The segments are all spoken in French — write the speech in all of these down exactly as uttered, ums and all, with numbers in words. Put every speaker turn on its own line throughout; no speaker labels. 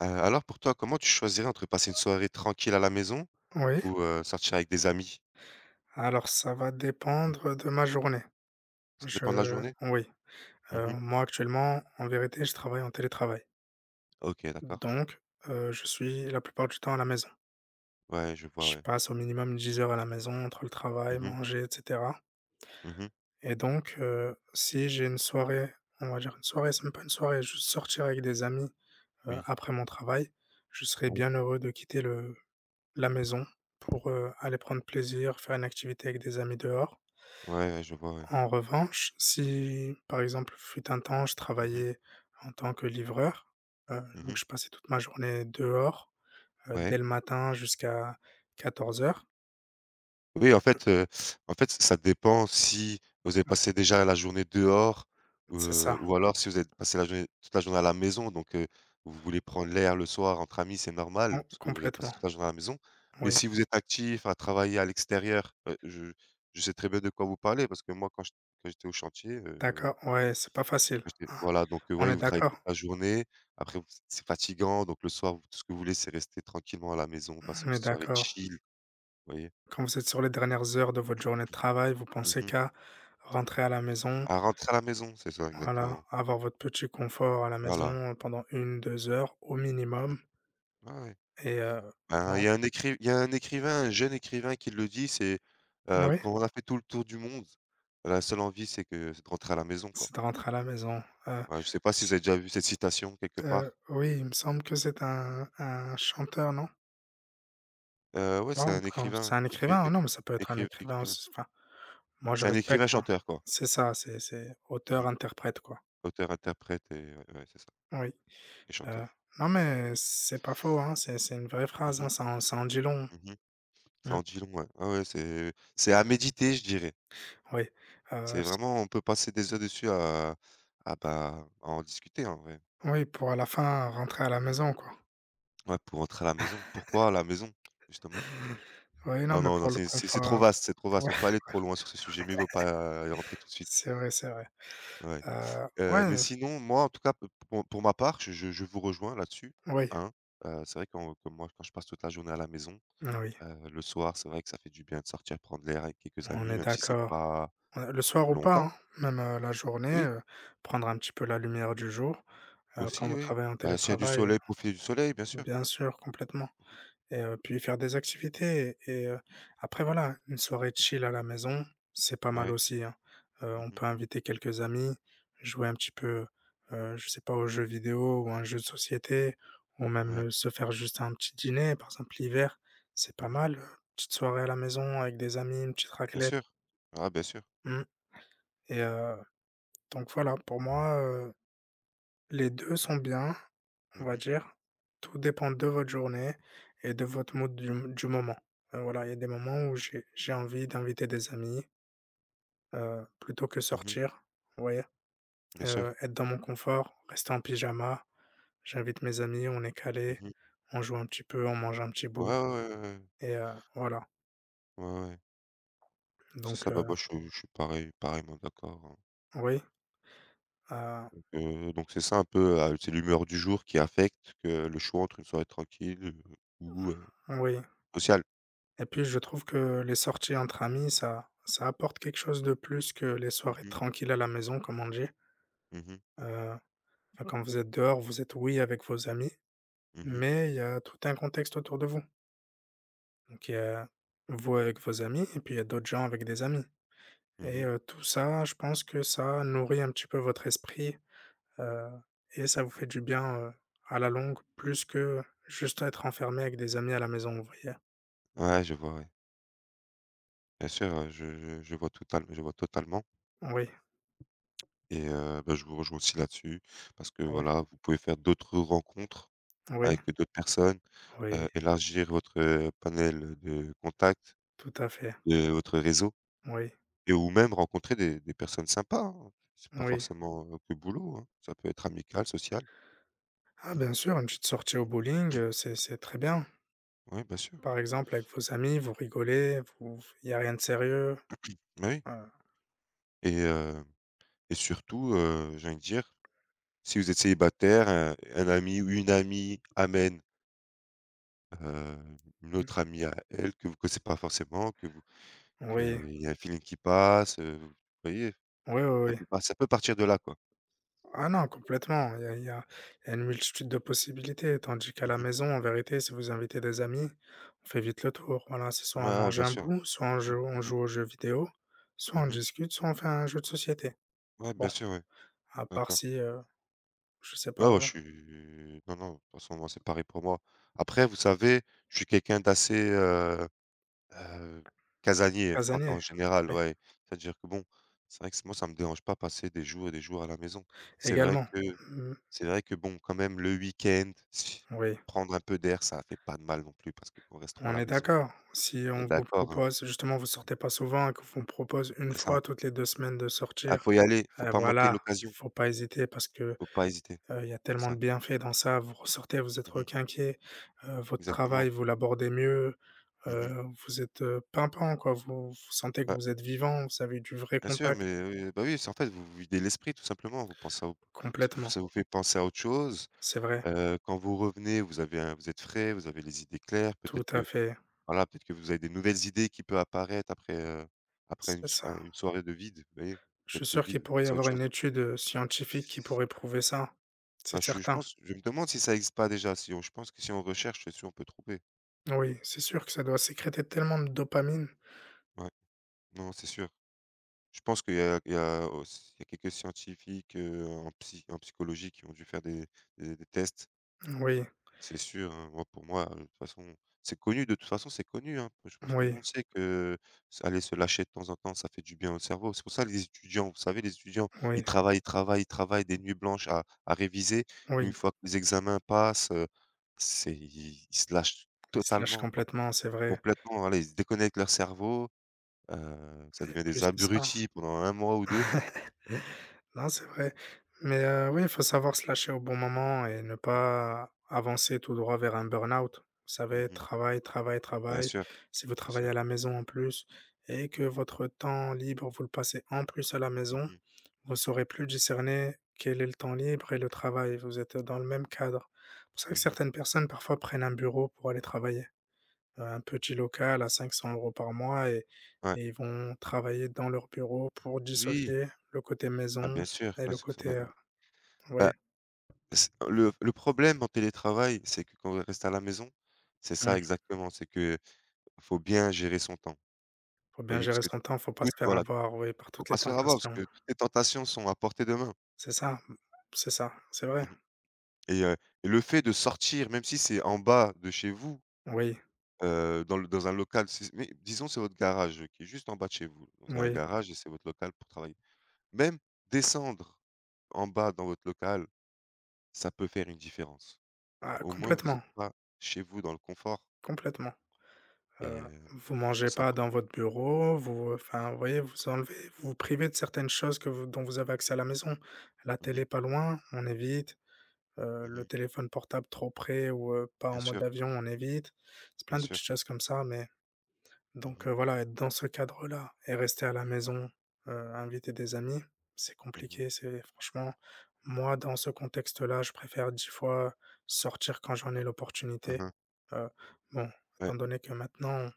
Heu, alors pour toi, comment tu choisirais entre passer une soirée tranquille à la maison
Oui,
ou, heu, sortir avec des amis?
alors ça va
Mmh.
dépendre de ma journée.
Ça dépend de la
Je
journée?
Oui,
Mmh
heu,
mh.
moi actuellement, en vérité, je travaille en télétravail.
OK, d'accord.
Donc, heu, je suis la plupart du temps à la maison.
Ouais, je vois,
Je
ouais.
passe au minimum dix heures à la maison entre le travail,
Mmh mh.
manger, et cetera.
Mmh mh.
Et donc, heu, si j'ai une soirée, on va dire une soirée, c'est même pas une soirée, je sortirai avec des amis, heu,
Oui.
après mon travail, je serais
Ouais,
bien heureux de quitter le la maison pour, heu, aller prendre plaisir, faire une activité avec des amis dehors.
ouais, je vois, ouais.
En revanche, si par exemple, fut un temps, je
Mmh mh.
travaillais en tant que livreur. Heu,
Mmh
donc
mh.
je passais toute ma journée dehors, heu, dès
Ouais.
le matin jusqu'à quatorze heures.
Oui, en fait, heu, en fait, ça dépend si vous avez passé déjà la journée dehors,
C'est
heu,
ça,
ou alors si vous avez passé la journée toute la journée à la maison, donc heu, vous voulez prendre l'air le soir entre amis, c'est
mmh,
normal parce que vous avez passé
complètement,
toute la journée à la maison. Mais
oui.
si vous êtes actif à travailler à l'extérieur, heu, je je sais très bien de quoi vous parlez parce que moi quand j quand j'étais au chantier, heu,
D'accord, ouais, c'est pas facile,
j'étais
hein.
voilà, donc heu,
On
ouais,
est
vous travaillez
d'accord,
toute la journée, après vous c'est fatigant, donc le soir, vous tout ce que vous voulez, c'est rester tranquillement à la maison, passer une
on est
petite soirée
d'accord.
chill, vous voyez?
Quand vous êtes sur les dernières heures de votre journée de travail, vous pensez
Mmh.
qu'à rentrer à la maison,
À rentrer à la maison, c'est ça
voilà,
exactement.
avoir votre petit confort à la
Voilà.
maison pendant une, deux heures au
Mmh
minimum,
mh. Ouais, ouais.
et heu, et
Ben, il
en
y a un écri il y a un écrivain, un jeune écrivain qui le dit, c'est, heu:
oui?
«Quand on a fait tout le tour du monde, la seule envie c'est que c'est de rentrer à la maison, quoi».
C'est de rentrer à la maison. Heu,
Ouais, je sais pas si vous
c
avez déjà vu cette citation quelque
heu,
part?
Oui, il me semble que c'est un un chanteur, non?
Heu, ouais, c'est
Non,
un
enfin,
écrivain,
c'est un
écri
écrivain, hein,
é
non, mais ça peut être un
écriv
écrivain
écrivain.
aussi, enfin, moi je
C'est un
respecte,
écrivain
hein.
chanteur, quoi.
C'est ça, c'est c'est
Mmh mh.
auteur-interprète, quoi.
Auteur, interprète et ouais, ouais, c'est ça
Oui,
et chanteur.
heu, non mais c'est pas faux, hein, c'est c'est une vraie
Mmh
phrase,
mh.
hein, ça en ça en dit long.
Mmh mh. Ça
Mmh,
en dit long, ouais. Ouais, ouais, c'est c'est à méditer, je dirais.
oui, heu,
C'est
c
vraiment on peut passer des heures dessus à à bah, à en discuter en vrai.
oui, pour à la fin rentrer à la
Mmh.
maison, quoi.
Ouais, pour rentrer à la maison. Pourquoi à la maison? Justement.
Oui, non,
Non,
mais
non, non,
pour le
c'est c'est c'est trop
confort,
vaste, c'est trop vaste.
ouais,
On peut aller trop loin sur ce sujet, mieux vaut pas euh, y rentrer tout de suite.
c'est vrai, c'est vrai.
Ouais.
Heu,
Heu,
ouais,
mais sinon, moi, en tout cas, p pour pour ma part, je je je vous rejoins là-dessus,
oui,
hein. Heu, c'est vrai quand que moi, quand je passe toute la journée à la maison,
oui,
heu, le soir, c'est vrai que ça fait du bien de sortir prendre l'air avec quelques
on
amis,
est
même si c'est
d'accord.
pas
Heu, le soir ou pas,
longtemps.
hein, même, heu, la journée,
Oui,
heu, prendre un petit peu la lumière du jour, heu, quand
aussi,
vous
oui.
travaillez en
Bah, s'il y a du
télétravail,
soleil, profiter du soleil, bien sûr.
bien sûr, complètement
Mmh mh.
et heu, puis faire des activités et et heu, après voilà, une soirée
Mmh.
chill à la maison, c'est pas mal
Ouais.
aussi, hein. Heu, on
Mmh.
peut inviter quelques amis, jouer un petit peu, heu, je sais pas, aux jeux vidéo ou à un jeu de société, ou même,
Ouais.
heu, se faire juste un petit dîner, par exemple l'hiver, c'est pas
Mmh.
mal, heu, petite soirée à la maison avec des amis, une petite
Bien
raclette.
sûr. Ah bien sûr.
mmh et heu Donc voilà, pour moi, heu, les deux sont bien, on
Mmh
va
mh.
dire. Tout dépend de votre journée et de votre mood du du moment. Heu, voilà, il y a des moments où j'ai j'ai envie d'inviter des amis, heu, plutôt que
Mmh.
sortir, vous voyez?
Bien
Heu,
sûr.
être dans mon confort, rester en pyjama, j'invite mes amis, on est calé,
Mmh.
on joue un petit peu, on mange un petit
Ouais,
bout,
ouais, ouais,
et heu, voilà.
ouais, ouais, ouais. Ouais. C'est
Donc,
ça, bah,
heu,
moi je suis je suis pareil pareillement d'accord, hein.
oui, heu,
Donc heu, donc c'est ça un peu, heu, c'est l'humeur du jour qui affecte que le choix entre une soirée tranquille, heu, ou, heu,
oui.
sociale.
Et puis je trouve que les sorties entre amis, ça ça apporte quelque chose de plus que les
Mmh
soirées
mh.
tranquilles à la maison, comme on dit.
Mmh mh.
Heu, enfin, quand vous êtes dehors, vous êtes, oui, avec vos amis,
Mmh.
mais il y a tout un contexte autour de vous. Donc il y a vous avec vos amis et puis il y a d'autres gens avec des amis, et
Mmh.
heu, tout ça, je pense que ça nourrit un petit peu votre esprit, heu et ça vous fait du bien, heu, à la longue, plus que juste être enfermé avec des amis à la maison, vous voyez?
Ouais, je vois, ouais. Bien sûr, heu, je je je vois total je vois totalement
Oui,
et heu, bah, je vous rejoins aussi là-dessus parce que
oui,
voilà, vous pouvez faire d'autres rencontres
oui,
avec d'autres personnes,
oui,
heu, élargir votre, heu, panel de contacts,
tout à fait.
de votre réseau
Oui,
et ou même rencontrer des des personnes sympas, hein. C'est pas
oui.
forcément, heu, que boulot, hein. Ça peut être amical, social.
Ah bien sûr, une petite sortie au bowling, heu, c'est c'est très bien.
Oui, bien sûr.
Par exemple, avec vos amis, vous rigolez, vous il y a rien de sérieux.
Bah, oui
heu
et heu et surtout, heu, j'ai envie de dire, si vous êtes célibataire, heu, un ami ou une amie amène, heu, une autre amie à elle que vous connaissez pas forcément, que vous
Oui,
qu'il y a un feeling qui passe, heu, vous voyez?
oui, oui,
Ça
oui.
peut pas ça peut partir de là, quoi.
Ah non, complètement, il y a il y a il y a une multitude de possibilités, tandis qu'à la
Mmh.
maison, en vérité, si vous invitez des amis, on fait vite le tour. Voilà, c'est soit
Ouais,
on
ouais,
mange
bien
un
sûr.
bout, soit on joue on joue aux jeux vidéo, soit
Mmh
on
mh.
discute, soit on fait un jeu de société.
Ouais, bien
Bon,
sûr, ouais,
à part
d'accord.
si, heu, je sais
Ouais,
pas,
ouais, je
ouais.
suis non, non, de toute façon, moi, c'est pareil pour moi. Après, vous savez, je suis quelqu'un d'assez, heu heu, casanier en en
Casanier,
général,
oui.
ouais. C'est-à-dire que bon, c'est vrai que moi, ça me dérange pas passer des jours et des jours à la maison. C'est vrai
Également.
que
Mmh,
c'est vrai que bon, quand même, le week-end,
oui,
prendre un peu d'air, ça fait pas de mal non plus parce que qu'on reste trop à
on
la
est
maison.
d'accord. Si
On est
on vous
d'accord, hein?
propose justement, vous sortez pas souvent et que vous propose une
C'est ça.
fois toutes les deux semaines de
Ah,
sortir,
faut y aller, faut
heu,
pas manquer
voilà, il
l'occasion,
faut pas hésiter parce que,
faut pas hésiter.
heu, il y a
C'est
tellement de
ça.
bienfaits dans ça. Vous ressortez, vous êtes
Mmh mh.
requinqué, heu, votre travail,
Exactement.
vous l'abordez mieux,
Mmh mh.
heu, vous êtes, heu, pimpant quoi, vous vous sentez que
Ouais.
vous êtes vivant, vous avez du vrai
Bien sûr,
contact.
mais heu, bah, oui, c'est en fait, vous vous videz l'esprit tout simplement, vous pensez à au ça vous
Complètement,
ça vous fait penser à autre chose,
c'est vrai,
heu, quand vous revenez, vous avez un vous êtes frais, vous avez les idées claires,
tout
peut-être
à
que
fait,
voilà, peut-être que vous avez des nouvelles idées qui peuvent apparaître après, heu, après une
c'est
so
ça.
un une soirée de vide, vous voyez? Vous
Je suis
faites le
sûr qu'il
vide,
pourrait y
c'est autre
avoir une
chose.
étude, heu, scientifique qui pourrait prouver ça,
Bah,
c'est
je je
certain.
pense je me demande si ça existe pas déjà, si on je pense que si on recherche, c'est sûr on peut trouver.
Oui, c'est sûr que ça doit sécréter tellement de dopamine.
Ouais, non, c'est sûr. Je pense qu'il y a il y a aussi il y a quelques scientifiques, heu, en psy en psychologie qui ont dû faire des des des tests.
Oui,
C'est sûr, hein. Moi, pour moi, de toute façon, c'est connu, de toute façon, c'est connu, hein. Je pense que tout le
oui,
monde sait que s aller se lâcher de temps en temps, ça fait du bien au cerveau. C'est pour ça les étudiants, vous savez, les étudiants, ils
oui,
travaillent, ils travaillent, ils travaillent des nuits blanches à à réviser. Une
oui.
fois que les examens passent, heu, c'est ils ils se lâchent
Il se lâche
totalement, quoi.
complètement, c'est vrai,
Complètement, voilà, ils se déconnectent leur cerveau, heu, ça
et
devient
puis
des
c'est ça.
abrutis pendant un mois ou deux.
Non, c'est vrai, mais heu, oui, il faut savoir se lâcher au bon moment et ne
Mmh.
pas avancer tout droit vers un burn-out. Vous savez,
Mmh.
travail, travail,
Bien
travail.
sûr,
Si vous
bien
travaillez
sûr.
à la maison en plus, et que votre temps libre, vous le passez en plus à la
Mmh
maison,
mh.
vous saurez plus discerner quel est le temps libre et le travail, vous êtes dans le même cadre. C'est pour ça que
Mmh.
certaines personnes parfois prennent un bureau pour aller travailler. Euh, un petit local à cinq cents euros par mois, et,
Ouais.
et ils vont travailler dans leur bureau pour
Oui.
dissocier le côté
Ah
maison
bien sûr,
et le
parce que
côté,
on est
euh,
mmh.
vous voyez?
Bah, C le le problème en télétravail, c'est que quand on reste à la maison, c'est ça
Il
exactement, c'est que faut bien gérer son temps. Vous
Faut bien
voyez? Parce
gérer
que
son temps, faut pas
tout
se faire
voilà,
avoir, oui, par
faut
toutes les
pas se faire avoir parce
tentations.
que toutes les tentations sont à portée de main.
C'est ça, c'est ça, c'est vrai.
Mmh. et heu, et le fait de sortir, même si c'est en bas de chez vous,
Oui,
heu, dans le dans un local, si mais disons c'est votre garage euh, qui est juste en bas de chez vous. Vous avez un
oui,
garage et c'est votre local pour travailler. Même descendre en bas dans votre local, ça peut faire une différence.
ah,
Au moins vous
complètement,
n'êtes pas chez vous dans le confort.
complètement.
Et
Heu,
heu,
vous
je pense
mangez
que c'est
pas dans
important.
votre bureau, vous enfin, vous voyez, vous enlevez vous vous privez de certaines choses que vous dont vous avez accès à la maison. La
Mmh mh.
télé pas loin, on évite, heu, le
Mmh.
téléphone portable trop près ou, heu, pas en
Bien
mode
sûr,
avion, on évite. C'est
bien
plein de
sûr.
petites choses comme ça, mais
Mmh
donc,
mh.
heu, voilà, être dans ce cadre-là et rester à la maison, heu, inviter des amis, c'est
Mmh.
compliqué, c'est franchement, moi, dans ce contexte-là, je préfère dix fois sortir quand j'en ai l'opportunité.
Mmh.
Heu, bon, étant
Ouais.
donné que maintenant,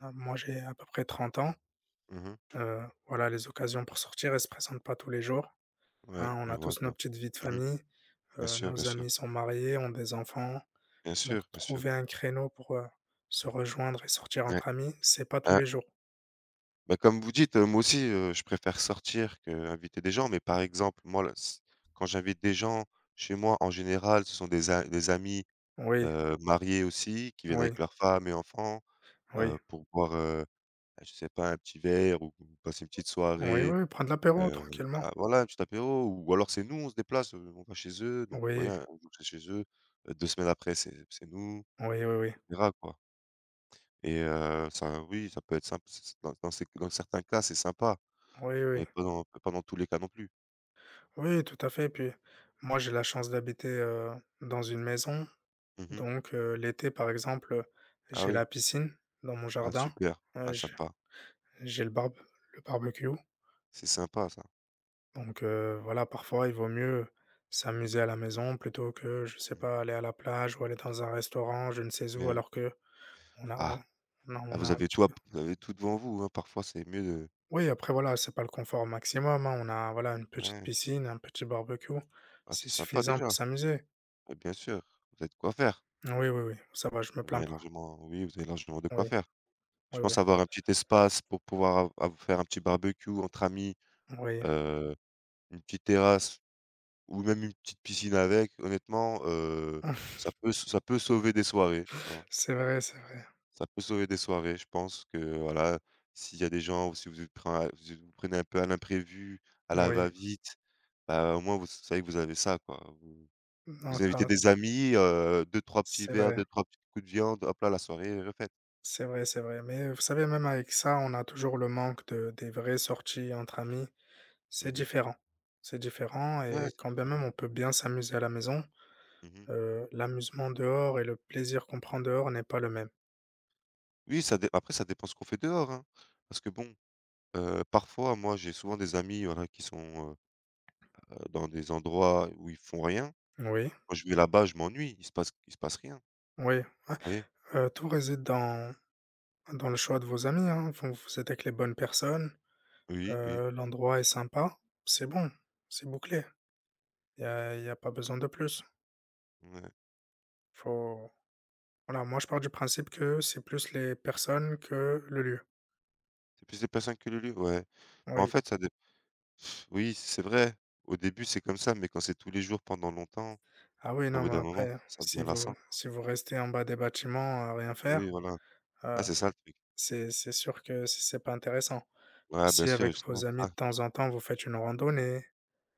ah, moi, j'ai à peu près trente ans.
Mmh.
Heu, voilà, les occasions pour sortir, elles se présentent pas tous les jours,
Ouais,
hein. On
je
a
vois, je
tous nos
vois.
petites vies de
Mmh.
famille,
Bien
heu,
sûr, bien
nos
sûr.
amis sont mariés, ont des enfants.
Bien
Donc
sûr, bien
trouver
sûr.
un créneau pour, heu, se rejoindre et sortir
Ouais.
entre amis, c'est pas tous
Ah,
les jours.
bah, comme vous dites, heu, moi aussi, heu, je préfère sortir que inviter des gens, mais par exemple, moi, là, s quand j'invite des gens chez moi, en général, ce sont des a des amis,
Oui,
heu, mariés aussi, qui viennent
oui,
avec leurs femmes et enfants,
oui.
heu, pour boire, heu, bah, je sais pas, un petit verre ou ou passer une petite
Oui,
soirée.
oui, prendre l'apéro
Heu,
tranquillement.
bah, voilà, un petit apéro ou alors c'est nous, on se déplace, heu, on va chez eux, donc ouais,
Oui,
un jour c'est chez eux, heu, deux semaines après c'est c'est nous,
oui, oui, oui.
et cetera, quoi et heu, ça oui, ça peut être symp c c dans dans ces dans certains cas, c'est sympa,
Oui, oui.
mais pas dans pas dans tous les cas non plus.
Oui, tout à fait. Puis moi, j'ai la chance d'habiter, heu, dans une maison.
Mmh mh.
Donc, heu, l'été, par exemple, heu,
Ah
j'ai
oui.
la piscine dans mon
Ah
jardin.
super. Ah
Heu,
sympa.
J'ai le barbe le barbecue,
C'est sympa ça.
donc, heu, voilà, parfois, il vaut mieux s'amuser à la maison plutôt que, je sais
Mmh.
pas, aller à la plage ou aller dans un restaurant, je ne sais
Eh
où,
oui.
alors qu'on a, bon,
Ah,
on a
ah
on a
vous
un
avez
petit
tout à
peu,
p vous avez tout devant vous, hein, parfois c'est mieux de
oui, après, voilà, c'est pas le confort maximum, hein, on a, voilà, une petite
ouais.
piscine, un petit barbecue,
Ah
c'est
c'est sympa
suffisant pour
déjà.
s'amuser.
Bah, bien sûr, vous avez de quoi faire.
Oui, oui, oui, ça va, je me
Vous
plains
avez
pas.
largement oui, vous avez largement de quoi
Oui,
faire. Je
oui, oui,
pense avoir un petit espace pour pouvoir av av faire un petit barbecue entre amis,
oui.
heu, une petite terrasse ou même une petite piscine avec. Honnêtement, heu, ça peut s ça peut sauver des soirées, hein.
C'est vrai, c'est vrai.
Ça peut sauver des soirées. Je pense que, voilà, s'il y a des gens ou si vous êtes pren si vous prenez un peu à l'imprévu, à la
Oui.
va-vite, bah, au moins vous savez que vous avez ça, quoi. Vous
Non,
vous
ça
invitez des amis, heu, deux trois petits
c'est
verres,
vrai.
deux trois petits coups de viande, hop là, la soirée est refaite.
C'est vrai, c'est vrai. Mais vous savez, même avec ça, on a toujours le manque de des vraies sorties entre amis. C'est
Mmh.
différent. C'est différent,
Ouais,
et
c'est
quand bien même
différent.
on peut bien s'amuser à la maison,
Mmh.
heu, l'amusement dehors et le plaisir qu'on prend dehors n'est pas le même.
Oui, ça dé après ça dépend ce qu'on fait dehors, hein. Parce que bon, heu, parfois, moi, j'ai souvent des amis, voilà, qui sont, heu, dans des endroits où ils font rien.
Oui,
Quand je vais là-bas, je m'ennuie, il se passe il se passe rien,
oui, ouais,
vous voyez?
heu, tout réside dans dans le choix de vos amis, hein. Vous, vous êtes avec les bonnes personnes,
Oui, oui,
heu, l'endroit est sympa, c'est bon, c'est bouclé. Il y a il y a pas besoin de plus.
ouais.
Faut Voilà, moi je pars du principe que c'est plus les personnes que le lieu.
C'est plus les personnes que le lieu, ouais. Mais en
Oui.
fait, ça dé oui, c'est vrai. Au début, c'est comme ça, mais quand c'est tous les jours pendant longtemps,
Ah oui,
au
non,
bout
mais
d'un moment,
après,
ça
si
devient
vous
lassant.
si vous restez en bas des bâtiments à rien
Oui,
faire,
voilà.
heu,
Ah, c'est ça le truc.
c'est c'est sûr que c'est c'est pas intéressant.
Ouais, bien
Si
sûr,
avec
justement,
vos amis
c'est
de
ça.
temps en temps, vous faites une randonnée,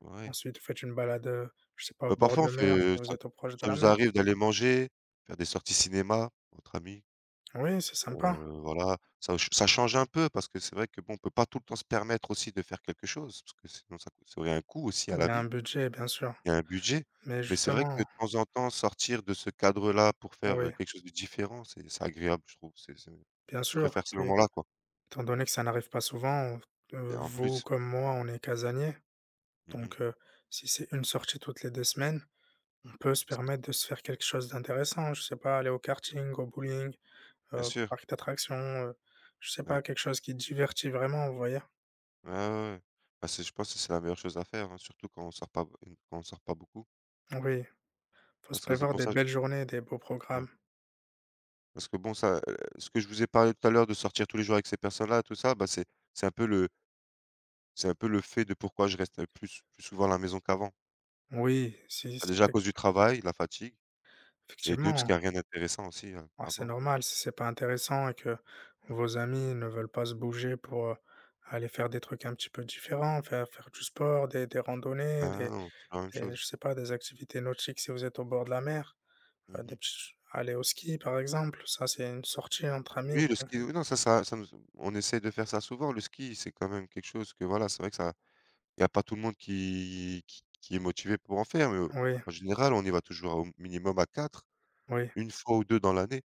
Ouais.
ensuite vous faites une balade, heu, je sais pas, au
Bah,
bord
parfois, on
de mer, si
fait,
vous
ça
êtes au proche de
ça
la
nous
mer.
arrive d'aller manger, faire des sorties cinéma entre amis.
Oui, c'est sympa.
Heu, voilà, ça ch ça change un peu parce que c'est vrai que bon, on peut pas tout le temps se permettre aussi de faire quelque chose parce que sinon ça coûte ça aurait un coût aussi à
Il y
la
a un
vie
budget, bien sûr,
il y a un budget.
mais
Mais c'est vrai que
justement,
de temps en temps sortir de ce cadre-là pour faire, heu,
oui,
quelque chose de différent, c'est c'est agréable je trouve. C'est c'est
bien
Je
sûr,
préfère ces
puis
moments-là quoi
étant donné que ça n'arrive pas souvent, heu,
et en
vous
plus
comme moi, on est casaniers,
mmh mh.
donc, heu, si c'est une sortie toutes les deux semaines, on peut se
Parce que
permettre de se faire quelque chose d'intéressant, je sais pas, aller au karting, au bowling,
bien
heu,
sûr,
parc d'attractions, heu, je sais
ouais,
pas, quelque chose qui divertit vraiment, vous voyez?
ouais, ouais, ouais. Bah, c'est je pense que c'est la meilleure chose à faire, hein, surtout quand on sort pas b quand on sort pas beaucoup
Oui, faut se
parce que c'est
prévoir
pour
des
ça
belles journées, des beaux
ouais.
programmes.
Parce que bon ça, heu, ce que je vous ai parlé tout à l'heure de sortir tous les jours avec ces personnes-là, tout ça, bah, c'est c'est un peu le c'est un peu le fait de pourquoi je reste plus plus souvent à la maison qu'avant.
Oui, si
Bah,
si
déjà à
effec
cause du travail, la fatigue et deux parce
effectivement,
qu'il y a rien d'intéressant aussi à
bah,
à
c'est
voir.
normal si c'est pas intéressant et que
Mmh.
vos amis ne veulent pas se bouger pour, heu, aller faire des trucs un petit peu différents, faire faire du sport, des des randonnées,
Ah
des
non, c'est la même
des
chose.
je sais pas, des activités nautiques si vous êtes au bord de la mer. Heu, des
Mmh.
petits aller au ski, par exemple, ça, c'est une sortie entre amis
Oui, le
qui,
ski, oui, non, ça ça ça nous on essaie de faire ça souvent. Le ski, c'est quand même quelque chose que voilà, c'est vrai que ça il y a pas tout le monde qui qui qui est motivé pour en faire, mais,
oui,
en général, on y va toujours au minimum à quatre
oui.
une fois ou deux dans l'année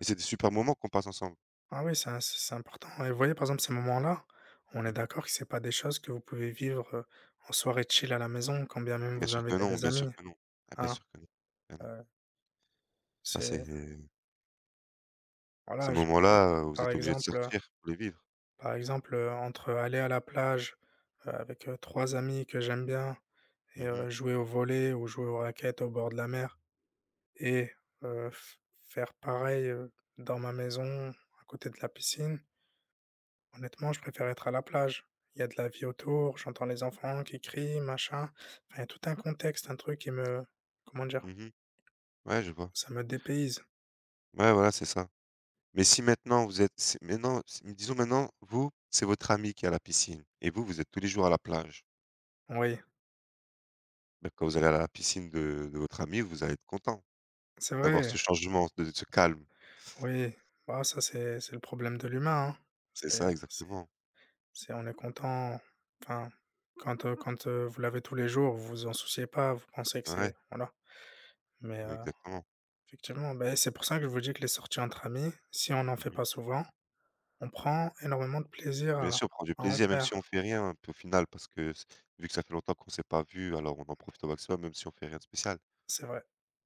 et c'est des super moments qu'on passe ensemble.
Ah oui, ça, c'est c'est important et vous voyez, par exemple, ces moments-là, on est
Mmh.
d'accord que c'est pas des choses que vous pouvez vivre, heu, en soirée chill à la maison, quand bien même
Bien
vous
sûr que
invitez
non,
des
bien sûr
amis,
que non. Ah bien
hein?
sûr que non. Ah non.
Heu,
Ça c'est
c'est
Ces
voilà, je
moments-là, heu, vous
Par
êtes obligé de
exemple, heu
sortir pour les vivre.
par exemple, heu, entre aller à la plage, heu, avec, heu, 3 amis que j'aime bien
Mhm,
et
mhm.
heu, jouer au volley ou jouer aux raquettes au bord de la mer. Et heu, f faire pareil, heu, dans ma maison, à côté de la piscine, honnêtement, je préfère être à la plage. Il y a de la vie autour, j'entends les enfants qui crient, machin. Enfin, il y a tout un contexte, un truc qui me, comment dire?
Ouais, je vois.
Ça me dépayse.
Ouais, voilà, c'est ça. Mais si maintenant vous êtes si maintenant si disons maintenant, vous, c'est votre ami qui est à la piscine et vous, vous êtes tous les jours à la plage.
Oui,
Ben, quand vous allez à la piscine de de votre ami, vous allez être content
c'est
d'avoir
vrai,
ce changement, de de ce calme.
oui. Bah, ça, c'est c'est le problème de l'humain, hein.
C'est
C'est
ça
c'est
exactement.
c'est On est content, enfin, quand, heu quand, heu, vous l'avez tous les jours, vous vous en souciez pas, vous pensez que c'est
Ouais,
voilà, mais, heu
exactement.
effectivement, ben c'est pour ça que je vous dis que les sorties entre amis, si on n'en fait
Mmh.
pas souvent, on prend énormément de plaisir
Bien
à
sûr, prendre du
à en
plaisir, même
faire,
si on fait rien, au final, parce que c vu que ça fait longtemps qu'on s'est pas vu, alors on en profite au maximum, même si on fait rien de spécial.
c'est vrai.